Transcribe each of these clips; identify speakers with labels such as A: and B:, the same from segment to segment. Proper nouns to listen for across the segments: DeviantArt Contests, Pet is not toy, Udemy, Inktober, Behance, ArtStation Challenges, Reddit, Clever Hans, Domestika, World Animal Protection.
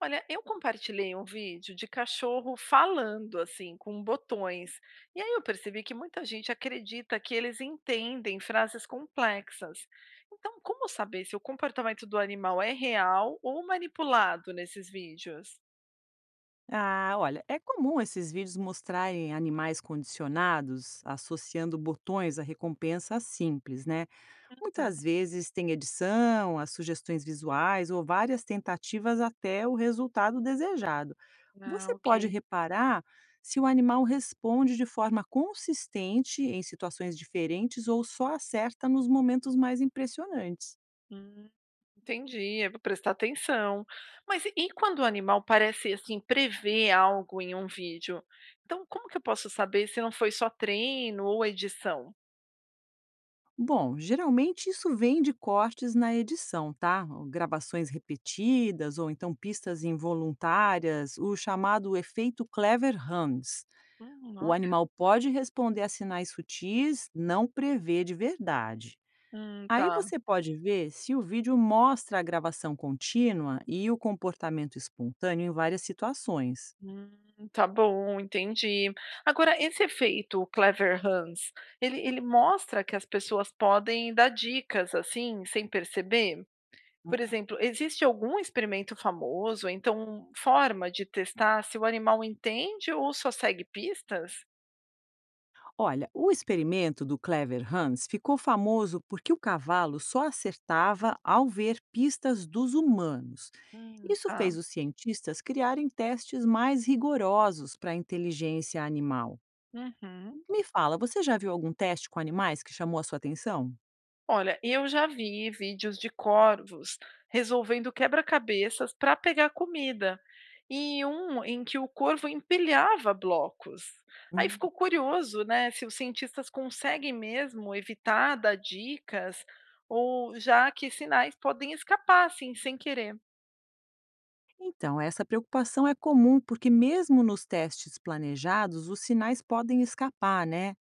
A: Olha, eu compartilhei um vídeo de cachorro falando assim, com botões. E aí eu percebi que muita gente acredita que eles entendem frases complexas. Então, como saber se o comportamento do animal é real ou manipulado nesses vídeos?
B: Ah, olha, é comum esses vídeos mostrarem animais condicionados, associando botões a recompensas simples, né?
A: Uhum.
B: Muitas vezes tem edição, as sugestões visuais ou várias tentativas até o resultado desejado.
A: Ah,
B: Você pode
A: ok.
B: reparar se o animal responde de forma consistente em situações diferentes ou só acerta nos momentos mais impressionantes.
A: Hum, entendi, eu vou prestar atenção. Mas e quando o animal parece assim prever algo em um vídeo? Então, como que eu posso saber se não foi só treino ou edição?
B: Bom, geralmente isso vem de cortes na edição, tá? Ou gravações repetidas ou então pistas involuntárias, o chamado efeito Clever Hans.
A: Hum.
B: O animal pode responder a sinais sutis, não prevê de verdade. Aí
A: Tá.
B: você pode ver se o vídeo mostra a gravação contínua e o comportamento espontâneo em várias situações.
A: Tá bom, entendi. Agora, esse efeito Clever Hands, ele mostra que as pessoas podem dar dicas, assim, sem perceber? Por exemplo, existe algum experimento famoso, então forma de testar se o animal entende ou só segue pistas?
B: Olha, o experimento do Clever Hans ficou famoso porque o cavalo só acertava ao ver pistas dos humanos. Isso
A: Tá.
B: fez os cientistas criarem testes mais rigorosos para a inteligência animal.
A: Uhum.
B: Me fala, você já viu algum teste com animais que chamou a sua atenção?
A: Olha, eu já vi vídeos de corvos resolvendo quebra-cabeças para pegar comida. E um em que o corvo empilhava blocos. Aí
B: Hum.
A: ficou curioso, né, se os cientistas conseguem mesmo evitar dar dicas, ou já que sinais podem escapar, assim, sem querer.
B: Então, essa preocupação é comum porque, mesmo nos testes planejados, os sinais podem escapar, né?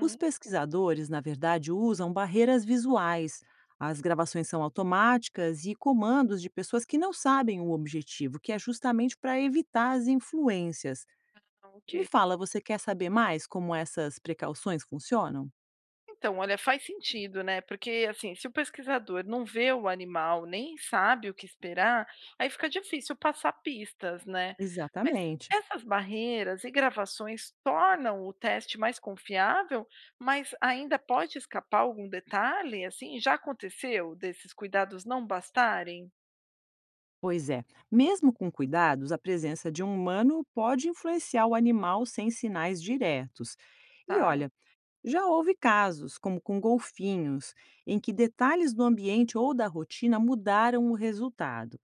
B: Os pesquisadores, na verdade, usam barreiras visuais. As gravações são automáticas e comandos de pessoas que não sabem o objetivo, que é justamente para evitar as influências.
A: ok.
B: Me fala, você quer saber mais como essas precauções funcionam?
A: Então, olha, faz sentido, né, porque, assim, se o pesquisador não vê o animal, nem sabe o que esperar, aí fica difícil passar pistas, né. Mas
B: Exatamente.
A: essas barreiras e gravações tornam o teste mais confiável, mas ainda pode escapar algum detalhe, assim? Já aconteceu desses cuidados não bastarem?
B: Pois é, mesmo com cuidados, a presença de um humano pode influenciar o animal sem sinais diretos. E
A: Tá.
B: olha, já houve casos, como com golfinhos, em que detalhes do ambiente ou da rotina mudaram o resultado.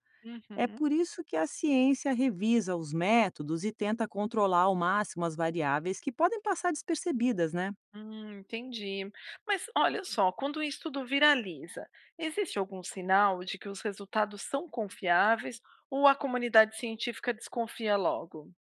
B: É
A: Uhum.
B: por isso que a ciência revisa os métodos e tenta controlar ao máximo as variáveis que podem passar despercebidas, né?
A: Entendi. Mas olha só, quando isso tudo viraliza, existe algum sinal de que os resultados são confiáveis ou a comunidade científica desconfia logo?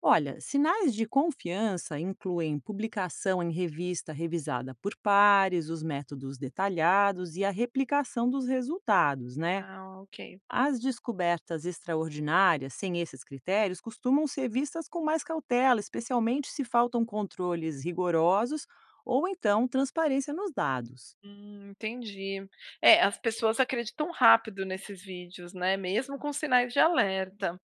B: Olha, sinais de confiança incluem publicação em revista revisada por pares, os métodos detalhados e a replicação dos resultados, né?
A: Ah, ok.
B: As descobertas extraordinárias, sem esses critérios, costumam ser vistas com mais cautela, especialmente se faltam controles rigorosos ou então transparência nos dados.
A: Entendi. É, as pessoas acreditam rápido nesses vídeos, né? Mesmo com sinais de alerta.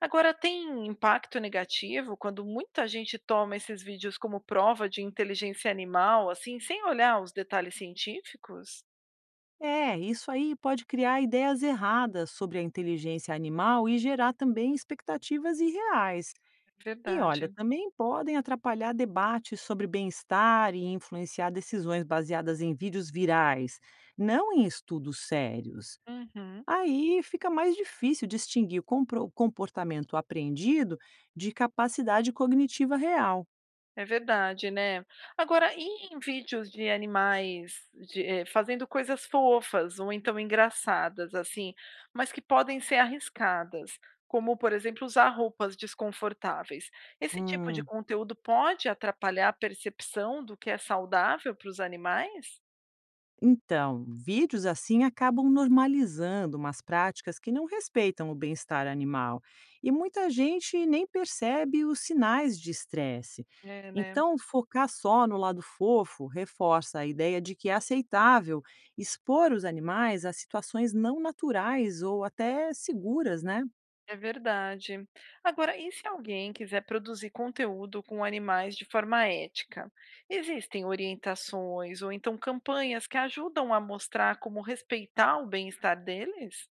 A: Agora, tem impacto negativo quando muita gente toma esses vídeos como prova de inteligência animal, assim, sem olhar os detalhes científicos?
B: É, isso aí pode criar ideias erradas sobre a inteligência animal e gerar também expectativas irreais. E olha,
A: Verdade.
B: também podem atrapalhar debates sobre bem-estar e influenciar decisões baseadas em vídeos virais, não em estudos sérios.
A: Uhum.
B: Aí fica mais difícil distinguir o comportamento apreendido de capacidade cognitiva real.
A: É verdade, né. Agora e em vídeos de animais de fazendo coisas fofas ou então engraçadas, assim, mas que podem ser arriscadas, como, por exemplo, usar roupas desconfortáveis. Esse tipo de
B: Hum.
A: conteúdo pode atrapalhar a percepção do que é saudável para os animais?
B: Então, vídeos assim acabam normalizando umas práticas que não respeitam o bem-estar animal e muita gente nem percebe os sinais de estresse.
A: É, né.
B: Então, focar só no lado fofo reforça a ideia de que é aceitável expor os animais a situações não naturais ou até seguras, né?
A: É verdade. Agora, e se alguém quiser produzir conteúdo com animais de forma ética? Existem orientações ou então campanhas que ajudam a mostrar como respeitar o bem-estar deles?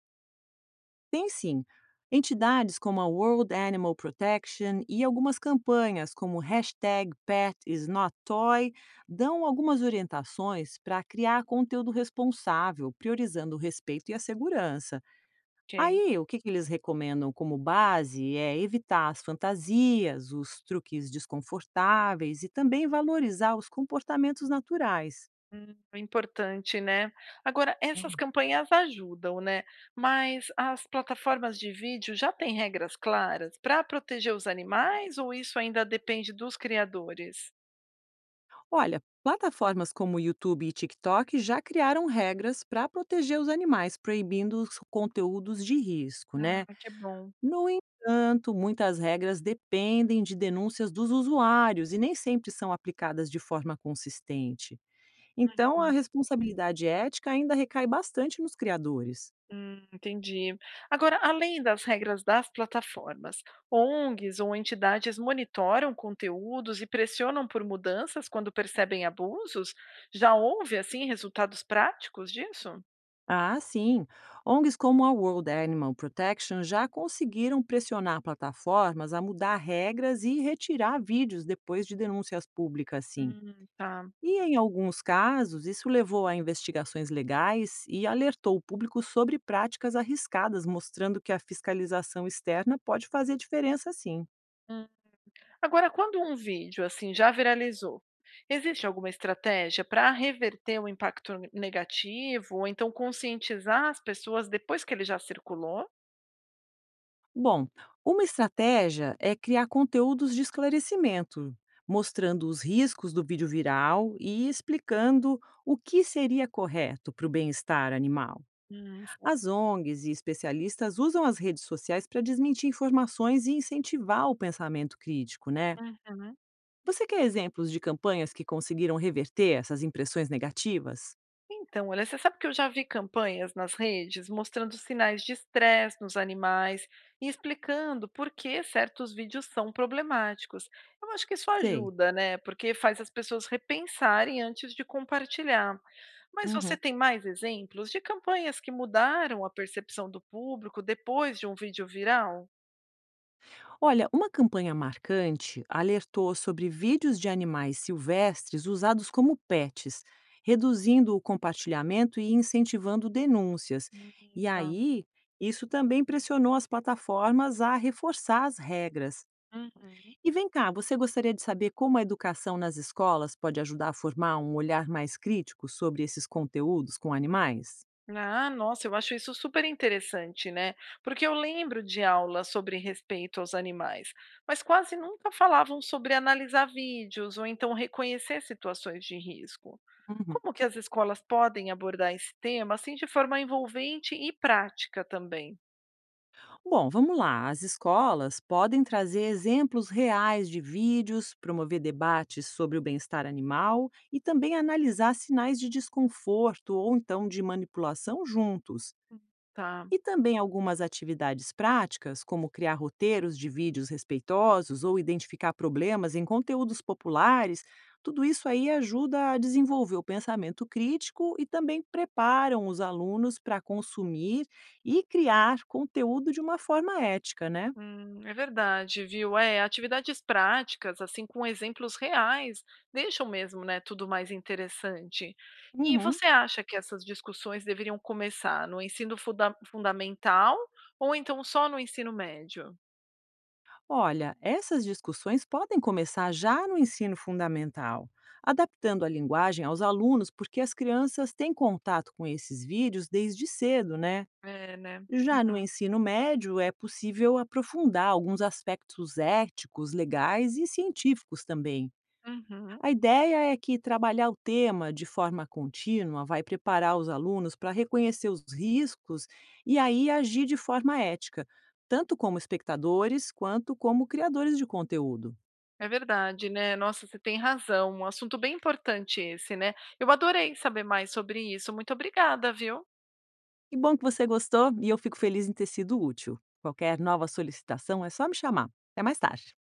B: Tem sim. Entidades como a World Animal Protection e algumas campanhas como #PetIsNotToy dão algumas orientações para criar conteúdo responsável, priorizando o respeito e a segurança.
A: Ok.
B: Aí, o que, que eles recomendam como base é evitar as fantasias, os truques desconfortáveis e também valorizar os comportamentos naturais.
A: Importante, né? Agora, essas campanhas ajudam, né? Mas as plataformas de vídeo já têm regras claras para proteger os animais ou isso ainda depende dos criadores?
B: Olha, plataformas como YouTube e TikTok já criaram regras para proteger os animais, proibindo os conteúdos de risco,
A: Ah,
B: né?
A: que bom.
B: No entanto, muitas regras dependem de denúncias dos usuários e nem sempre são aplicadas de forma consistente. Então, a responsabilidade ética ainda recai bastante nos criadores.
A: Entendi. Agora, além das regras das plataformas, ONGs ou entidades monitoram conteúdos e pressionam por mudanças quando percebem abusos? Já houve, assim, resultados práticos disso?
B: Ah, sim. ONGs como a World Animal Protection já conseguiram pressionar plataformas a mudar regras e retirar vídeos depois de denúncias públicas, sim.
A: Tá.
B: E em alguns casos, isso levou a investigações legais e alertou o público sobre práticas arriscadas, mostrando que a fiscalização externa pode fazer diferença, sim.
A: Hum. Agora, quando um vídeo, assim, já viralizou, existe alguma estratégia para reverter o impacto negativo ou então conscientizar as pessoas depois que ele já circulou?
B: Bom, uma estratégia é criar conteúdos de esclarecimento, mostrando os riscos do vídeo viral e explicando o que seria correto para o bem-estar animal.
A: Hum,
B: As ONGs e especialistas usam as redes sociais para desmentir informações e incentivar o pensamento crítico, né?
A: certo.
B: Você quer exemplos de campanhas que conseguiram reverter essas impressões negativas?
A: Então, olha, você sabe que eu já vi campanhas nas redes mostrando sinais de estresse nos animais e explicando por que certos vídeos são problemáticos. Eu acho que isso
B: Sei.
A: ajuda, né? Porque faz as pessoas repensarem antes de compartilhar. Mas você
B: Uhum.
A: tem mais exemplos de campanhas que mudaram a percepção do público depois de um vídeo viral?
B: Olha, uma campanha marcante alertou sobre vídeos de animais silvestres usados como pets, reduzindo o compartilhamento e incentivando denúncias.
A: Hum,
B: E
A: tá.
B: aí, isso também pressionou as plataformas a reforçar as regras.
A: Uhum.
B: E vem cá, você gostaria de saber como a educação nas escolas pode ajudar a formar um olhar mais crítico sobre esses conteúdos com animais?
A: Ah, nossa, eu acho isso super interessante, né? Porque eu lembro de aulas sobre respeito aos animais, mas quase nunca falavam sobre analisar vídeos ou então reconhecer situações de risco.
B: Uhum.
A: Como que as escolas podem abordar esse tema assim de forma envolvente e prática também,
B: Bom, vamos lá. As escolas podem trazer exemplos reais de vídeos, promover debates sobre o bem-estar animal e também analisar sinais de desconforto ou então de manipulação juntos.
A: tá?
B: E também algumas atividades práticas, como criar roteiros de vídeos respeitosos ou identificar problemas em conteúdos populares, tudo isso aí ajuda a desenvolver o pensamento crítico e também preparam os alunos para consumir e criar conteúdo de uma forma ética, né?
A: É verdade, viu? É, atividades práticas, assim, com exemplos reais, deixam mesmo, né, tudo mais interessante. E
B: Uhum.
A: você acha que essas discussões deveriam começar no ensino fundamental ou então só no ensino médio?
B: Olha, essas discussões podem começar já no ensino fundamental, adaptando a linguagem aos alunos, porque as crianças têm contato com esses vídeos desde cedo, né?
A: É, né?
B: Já no
A: Uhum,
B: ensino médio, é possível aprofundar alguns aspectos éticos, legais e científicos também.
A: uhum.
B: A ideia é que trabalhar o tema de forma contínua vai preparar os alunos para reconhecer os riscos e aí agir de forma ética, tanto como espectadores quanto como criadores de conteúdo.
A: É verdade, né? Nossa, você tem razão. Um assunto bem importante esse, né? Eu adorei saber mais sobre isso. Muito obrigada, viu?
B: Que bom que você gostou e eu fico feliz em ter sido útil. Qualquer nova solicitação é só me chamar. Até mais tarde.